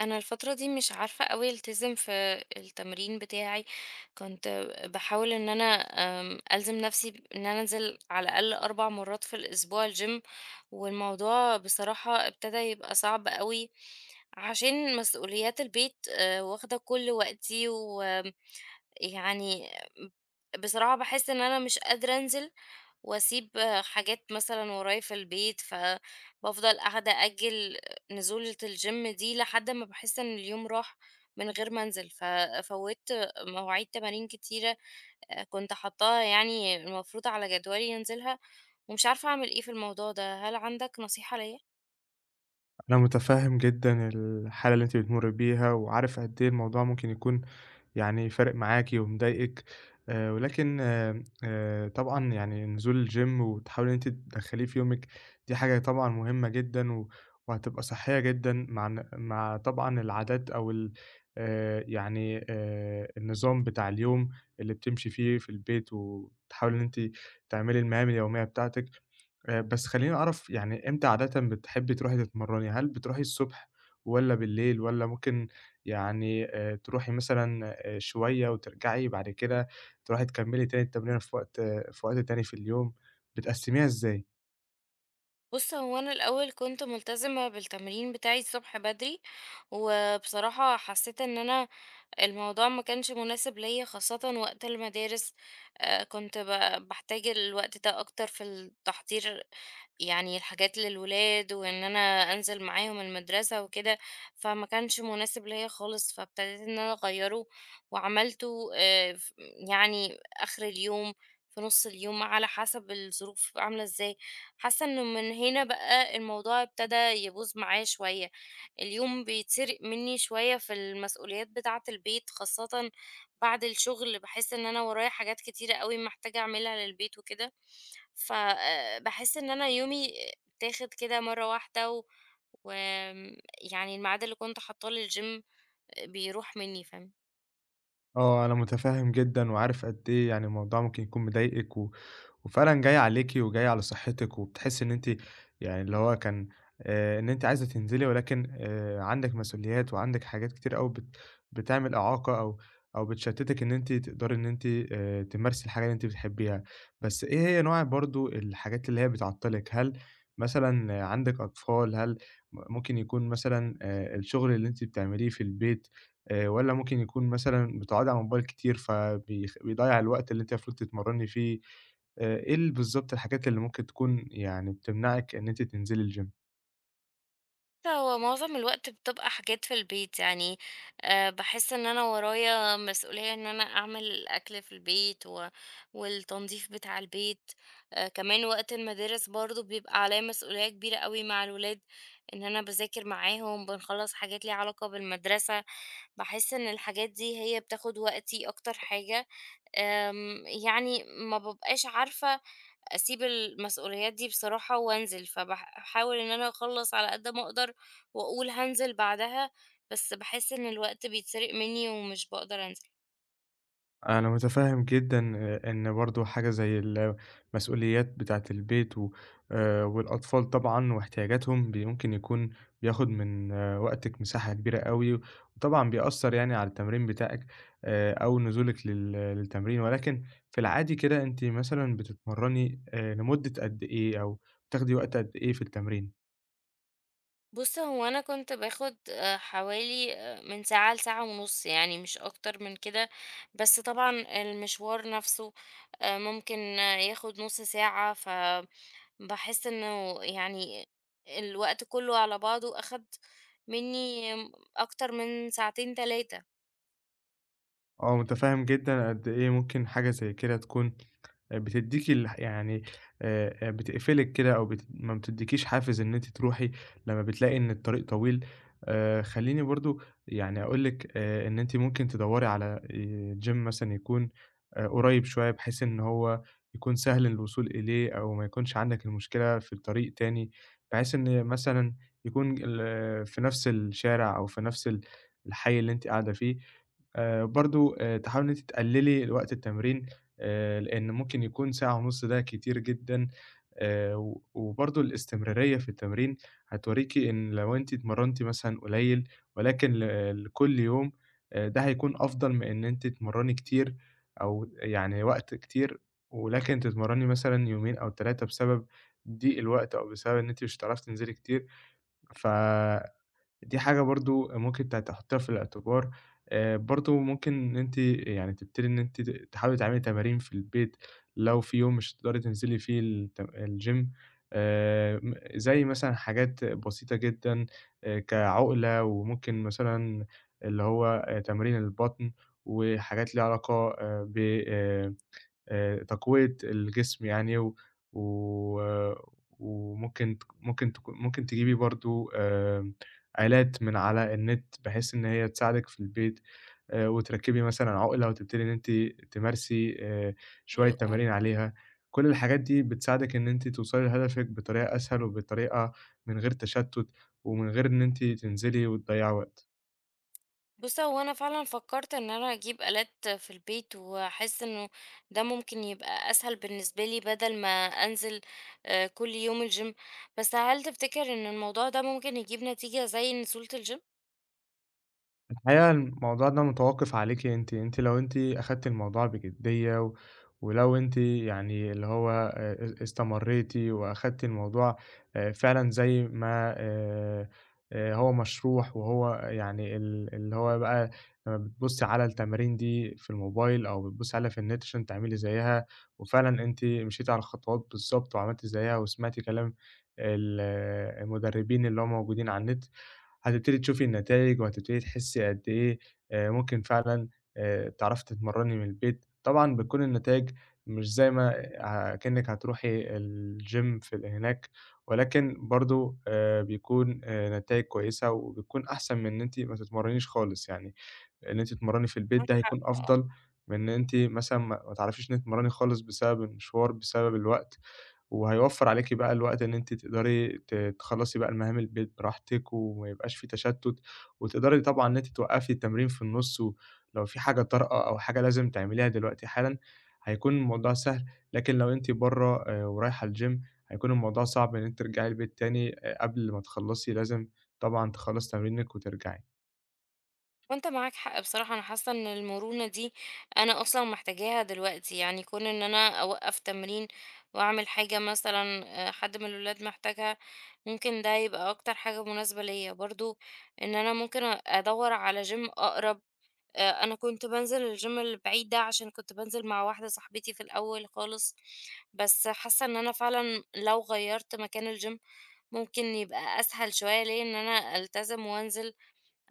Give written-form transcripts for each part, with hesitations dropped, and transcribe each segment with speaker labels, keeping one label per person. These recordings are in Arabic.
Speaker 1: أنا الفترة دي مش عارفة أوي ألتزم في التمرين بتاعي، كنت باحاول إن أنا ألزم نفسي إن أنا أنزل على الأقل 4 مرات في الأسبوع الgym. والموضوع بصراحة ابتدى يبقى صعب أوي، عشان مسؤوليات البيت واخدة كل وقتي، ويعني بصراحة باحس إن أنا مش قادرة أنزل وأسيب حاجات مثلًا ورايا في البيت، فبافضل قاعدة أأجل نزولة الgym دي لحد ما باحس إن اليوم راح من غير ما أنزل، ففوّتت مواعيد تمارين كتيرة كنت حاطاها يعني المفروض على جدولي أنزلها، ومش عارفة أعمل إيه في الموضوع ده، هل عندك نصيحة ليّا؟
Speaker 2: أنا متفهم جدًا الحالة اللي أنتِ بتمُرّي بيها، وعارف قد إيه الموضوع ممكن يكون يعني فارق معاكِ ومضايقِك، ولكن آمم، طبعًا يعني نزول الGym وتحاولي إن أنتِ تدخّليه في يومِك دي حاجة طبعًا مهمة جدًا، و وهتبقى صحية جدًا، مع إن مع طبعًا العادات أو ال يعني النظام بتاع اليوم اللي بتمشي فيه في البيت، وبتحاولي إن أنتِ تعملي المهام اليومية بتاعتِك. بس خلّيني أعرف يعني إمتى عادةً بتحبّي تروحي تتمرّني؟ هل بتروحي الصبح والّا بالليل، والّا ممكن يعني تروحي مثلًا شوية وترجعي بعد كده تروحي تكمّلي تاني التمرينة في وقت تاني في اليوم؟ بتقسّميها إزاي؟
Speaker 1: بُص، هو أنا الأول كنت ملتزمة بالتمرين بتاعي الصبح بدري، وبصراحة حسيت إن أنا الموضوع ما كانش مناسب ليا خاصة وقت المدارس. كنت بحتاج الوقت ده أكتر في التحضير، يعني الحاجات للولاد وإن أنا أنزل معاهم المدرسة وكده، فما كانش مناسب ليا خالص فابتديت إن أنا أغيره وعملته يعني آخر اليوم، في نص اليوم على حسب الظروف عاملة ازاي. حاسة انه من هنا بقى الموضوع ابتدى يبوظ معايا شوية، اليوم بيتسرق مني شوية في المسؤوليات بتاعة البيت خاصة بعد الشغل، باحس إن أنا ورايا حاجات كتيرة أوي محتاجة أعملها للبيت وكده، ف باحس إن أنا يومي اتاخد كده مرة واحدة و وآمم يعني الميعاد اللي كنت حاطاه للgym بيروح مني، فاهم؟
Speaker 2: آه، أنا متفهّم جدًا وعارف قد إيه يعني الموضوع ممكن يكون مضايقِك، و وفعلًا جاية عليكِ وجاية على صحتِك، وبتحسّي إن أنتِ يعني اللي هو كان إن أنتِ عايزة تنزلي، ولكن عندِك مسؤوليات وعندِك حاجات كتير أوي بتعمل إعاقة، أو بتشتتِك إن أنتِ تقدري إن أنتِ تمارسي الحاجة اللي أنتِ بتحبيها. بس إيه هي نوع برضه الحاجات اللي هي بتعطّلِك؟ هل مثلًا عندِك أطفال؟ هل ممكن يكون مثلًا الشغل اللي أنتِ بتعمليه في البيت، والّا ممكن يكون مثلًا بتقعدي على الموبايل كتير فبيخ بيضيّع الوقت اللي أنتِ المفروض تتمرّني فيه؟ إيه بالضبط الحاجات اللي ممكن تكون يعني بتمنعِك إن أنتِ تنزلي الgym؟
Speaker 1: هو معظم الوقت بتبقى حاجات في البيت يعني. بحس ان انا ورايا مسؤولية ان انا اعمل الاكل في البيت والتنظيف بتاع البيت. كمان وقت المدارس برضو بيبقى عليا مسؤولية كبيرة قوي مع الولاد، ان انا بذاكر معاهم بنخلص حاجات ليها علاقة بالمدرسة. بحس ان الحاجات دي هي بتاخد وقتي اكتر حاجة. يعني ما ببقاش عارفة أسيب المسؤوليات دي بصراحة وأنزل، فباحاول إن أنا أخلّص على قد ما أقدر وأقول هانزل بعدها، بس باحس إن الوقت بيتسرق مني ومش باقدر أنزل.
Speaker 2: أنا متفهم جدًا، إن برضه حاجة زي المسؤوليات بتاعة البيت و والأطفال طبعًا واحتياجاتهم، ممكن يكون بياخد من وقتِك مساحة كبيرة أوي، وطبعًا بيأثّر يعني على التمرين بتاعِك، أو نزولِك للتمرين، ولكن في العادي كده أنتِ مثلًا بتتمرّني لمدة قد إيه أو بتاخدي وقت قد إيه في التمرين؟
Speaker 1: بُص، هو أنا كنت باخد حوالي من ساعة لساعة ونُص، يعني مش أكتر من كده، بس طبعًا المشوار نفسه ممكن ياخد نُص ساعة، فباحس إنه يعني الوقت كله على بعضه أخد مني أكتر من ساعتين، 3.
Speaker 2: آه، متفهم جدًا قد إيه ممكن حاجة زي كده تكون بتدّيكِ يعني بتقفلِك كده، أو ما بتدّيكيش حافز إن أنتِ تروحي لمّا بتلاقي إن الطريق طويل. خلّيني برضه يعني أقول لِك، إن أنتِ ممكن تدوّري على gym مثلًا يكون قريب شوية، بحيث إن هو يكون سهل الوصول إليه، أو ما يكونش عندك المشكلة في طريق تاني، بحيث إن مثلًا يكون في نفس الشارع، أو في نفس الحي اللي أنتِ قاعدة فيه. برضه تحاولي إن أنتِ تقللي وقت التمرين، لإن ممكن يكون ساعة ونُص ده كتير جدًا، و وبرضه الاستمرارية في التمرين هتوريكِ إن لو أنتِ اتمرنتِ مثلًا قليل ولكن لكل يوم، ده هيكون أفضل من إن أنتِ تتمرني كتير، أو يعني وقت كتير ولكن تتمرّني مثلًا يومين أو 3 بسبب ضيق الوقت، أو بسبب إن أنتِ مش هتعرفي تنزلي كتير. ف دي حاجة برضه ممكن تحطيها في الاعتبار، برضه ممكن إن أنتِ يعني تبتدي إن أنتِ تحاولي تعملي تمارين في البيت، لو في يوم مش هتقدري تنزلي فيه الت الgym. م زي مثلًا حاجات بسيطة جدًا، كعُقلة، وممكن مثلًا اللي هو تمرين البطن، وحاجات ليها علاقة ب آآ تقوية الجسم يعني، و و وممكن تك ممكن تك ممكن تجيبي برضه آلات من على النت، بحيث إن هي تساعدِك في البيت، وتركّبي مثلًا عُقلة وتبتدي إن أنتِ تمارسي شوية
Speaker 1: حلو، آه.
Speaker 2: تمارين عليها. كل الحاجات دي بتساعدِك إن أنتِ توصلي لهدفِك بطريقة أسهل، وبطريقة من غير تشتُّت ومن غير إن أنتِ تنزلي وتضيّعي وقت.
Speaker 1: بُص، هو أنا فعلًا فكّرت إن أنا أجيب آلات في البيت، وأحس إنه ده ممكن يبقى أسهل بالنسبة لي بدل ما أنزل كل يوم الgym، بس هل تفتكر إن الموضوع ده ممكن يجيب نتيجة زي نزولة الgym؟
Speaker 2: الحقيقة الموضوع ده متوقف عليكِ أنتِ، أنتِ لو أنتِ أخدتِ الموضوع بجدية، ولو أنتِ يعني اللي هو أ استمريتِ وأخدتِ الموضوع فعلًا زي ما هو مشروح، وهو يعني اللي هو بقى لمّا بتبُصّي على التمارين دي في الموبايل، أو بتبُصّي عليها في النت عشان تعملي زيّها، وفعلًا أنتِ مشيتِ على الخطوات بالضبط وعملتِ زيّها وسمعتِ كلام ال المدربين اللي هم موجودين على النت، هتبتدي تشوفي النتايج، وهتبتدي تحسّي قد إيه ممكن فعلًا تعرفي تتمرّني من البيت. طبعًا بتكون النتايج مش زي ما كإنِّك هتروحي الgym في هناك، ولكن برضه بيكون نتايج كويسة، وبتكون أحسن من إن أنتِ ما تتمرّنيش خالص يعني. إن أنتِ تتمرّني في البيت ده هيكون أفضل من إن أنتِ مثلًا ما تعرفيش إنِّك تتمرّني خالص بسبب المشوار، بسبب الوقت. وهيوفّر عليكِ بقى الوقت، إن أنتِ تقدري تخلّصي بقى المهام البيت براحتك، وما يبقاش في تشتُّت، وتقدري طبعًا إن أنتِ توقّفي التمرين في النُص، ولو في حاجة طارئة أو حاجة لازم تعمليها دلوقتي حالًا، هيكون الموضوع سهل. لكن لو أنتِ برّه ورايحة الgym، هيكون الموضوع صعب إن أنتِ ترجعي البيت تاني قبل ما تخلّصي، لازم طبعًا تخلّصي تمرينِك وترجعي.
Speaker 1: وأنت معاك حق بصراحة، أنا حاسة إن المرونة دي أنا أصلًا محتاجاها دلوقتي، يعني كون إن أنا أوقّف تمرين وأعمل حاجة مثلًا حد من الولاد محتاجها، ممكن ده يبقى أكتر حاجة مناسبة ليّا، برضه إن أنا ممكن أدوّر على gym أقرب. أنا كنت بانزل الgym البعيد ده عشان كنت بانزل مع واحدة صاحبتي في الأول خالص، بس حاسة إن أنا فعلًا لو غيّرت مكان الgym ممكن يبقى أسهل شوية ليّا إن أنا ألتزم وأنزل،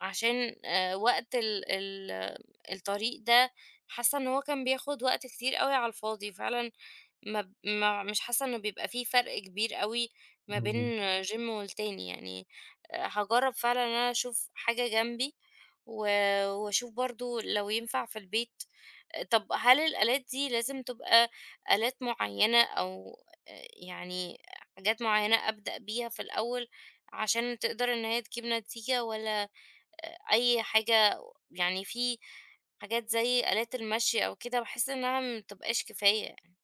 Speaker 1: عشان وقت ال ال الطريق ده حاسة إن هو كان بياخد وقت كتير أوي على الفاضي، فعلًا ما مش حاسة إنه بيبقى في فرق كبير أوي ما بين
Speaker 2: إمم.
Speaker 1: gym والتاني يعني. هاجرّب فعلًا إن أنا أشوف حاجة جنبي و وأشوف برضه لو ينفع في البيت. آه، طب هل الآلات دي لازم تبقى آلات معيّنة أو يعني حاجات معيّنة أبدأ بيها في الأول عشان تقدر إن هي تجيب نتيجة والّا أي حاجة، يعني في حاجات زي آلات المشي أو كده باحس إنها ما بتبقاش كفاية يعني.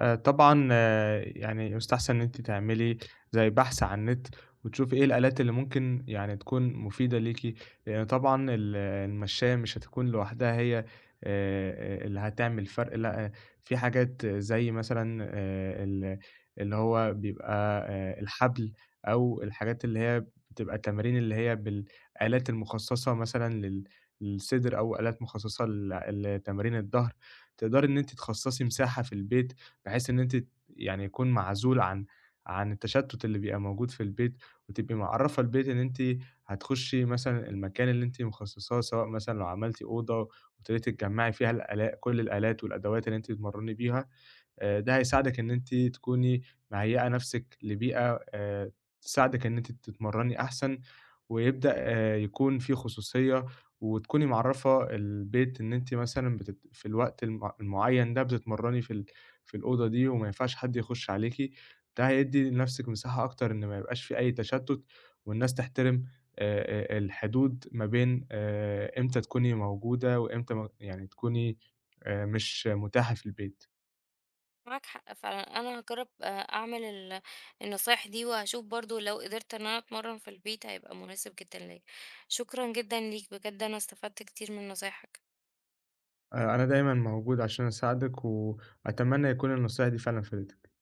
Speaker 2: طبعًا، آه، يعني يُستحسن إن أنتِ تعملي زي بحث على النت، وتشوفي إيه الآلات اللي ممكن يعني تكون مفيدة ليكِ، لإن طبعًا المشّاية مش هتكون لوحدها هي اللي هتعمل فرق، لأ آه، في حاجات زي مثلًا ال اللي هو بيبقى الحبل، أو الحاجات اللي هي بتبقى تمارين اللي هي بالآلات المخصصة مثلًا للصدر، أو آلات مخصصة لتمارين الضهر. تقدري إن أنتِ تخصصي مساحة في البيت، بحيث إن أنتِ يعني يكون معزول عن التشتُّت اللي بيبقى موجود في البيت، وتبقي معرّفة البيت إن أنتِ هتخُشّي مثلًا المكان اللي أنتِ مخصّصاه، سواء مثلًا لو عملتِ أوضة وابتديتِ تجمّعي فيها كل الآلات والأدوات اللي أنتِ بتمرّني بيها. ده هيساعدِك إن أنتِ تكوني مهيّئة نَفْسِك لبيئة تساعدِك إن أنتِ تتمرّني أحسن، ويبدأ يكون في خصوصية، وتكوني معرّفة البيت إن أنتِ مثلًا في الوقت المعيّن ده بتتمرّني في الأوضة دي، وما ينفعش حد يخُش عليكِ. ده هيدّي لنَفْسِك مساحة أكتر، إن ما يبقاش في أي تشتُّت، والناس تحترم الحدود ما بين إمتى تكوني موجودة، وإمتى ما يعني تكوني مش مُتاحة في البيت.
Speaker 1: معاك حق فعلًا، أنا هاجرب أعمل النصايح دي وهاشوف برضه لو قدرت إن أنا أتمرّن في البيت هيبقى مناسب جدًا ليّا. شكرًا جدًا ليك بجد أنا استفدت كتير من نصايحك.
Speaker 2: أنا دايمًا موجود عشان أساعدِك، وأتمنى يكون النصايح دي فعلًا فادتِك.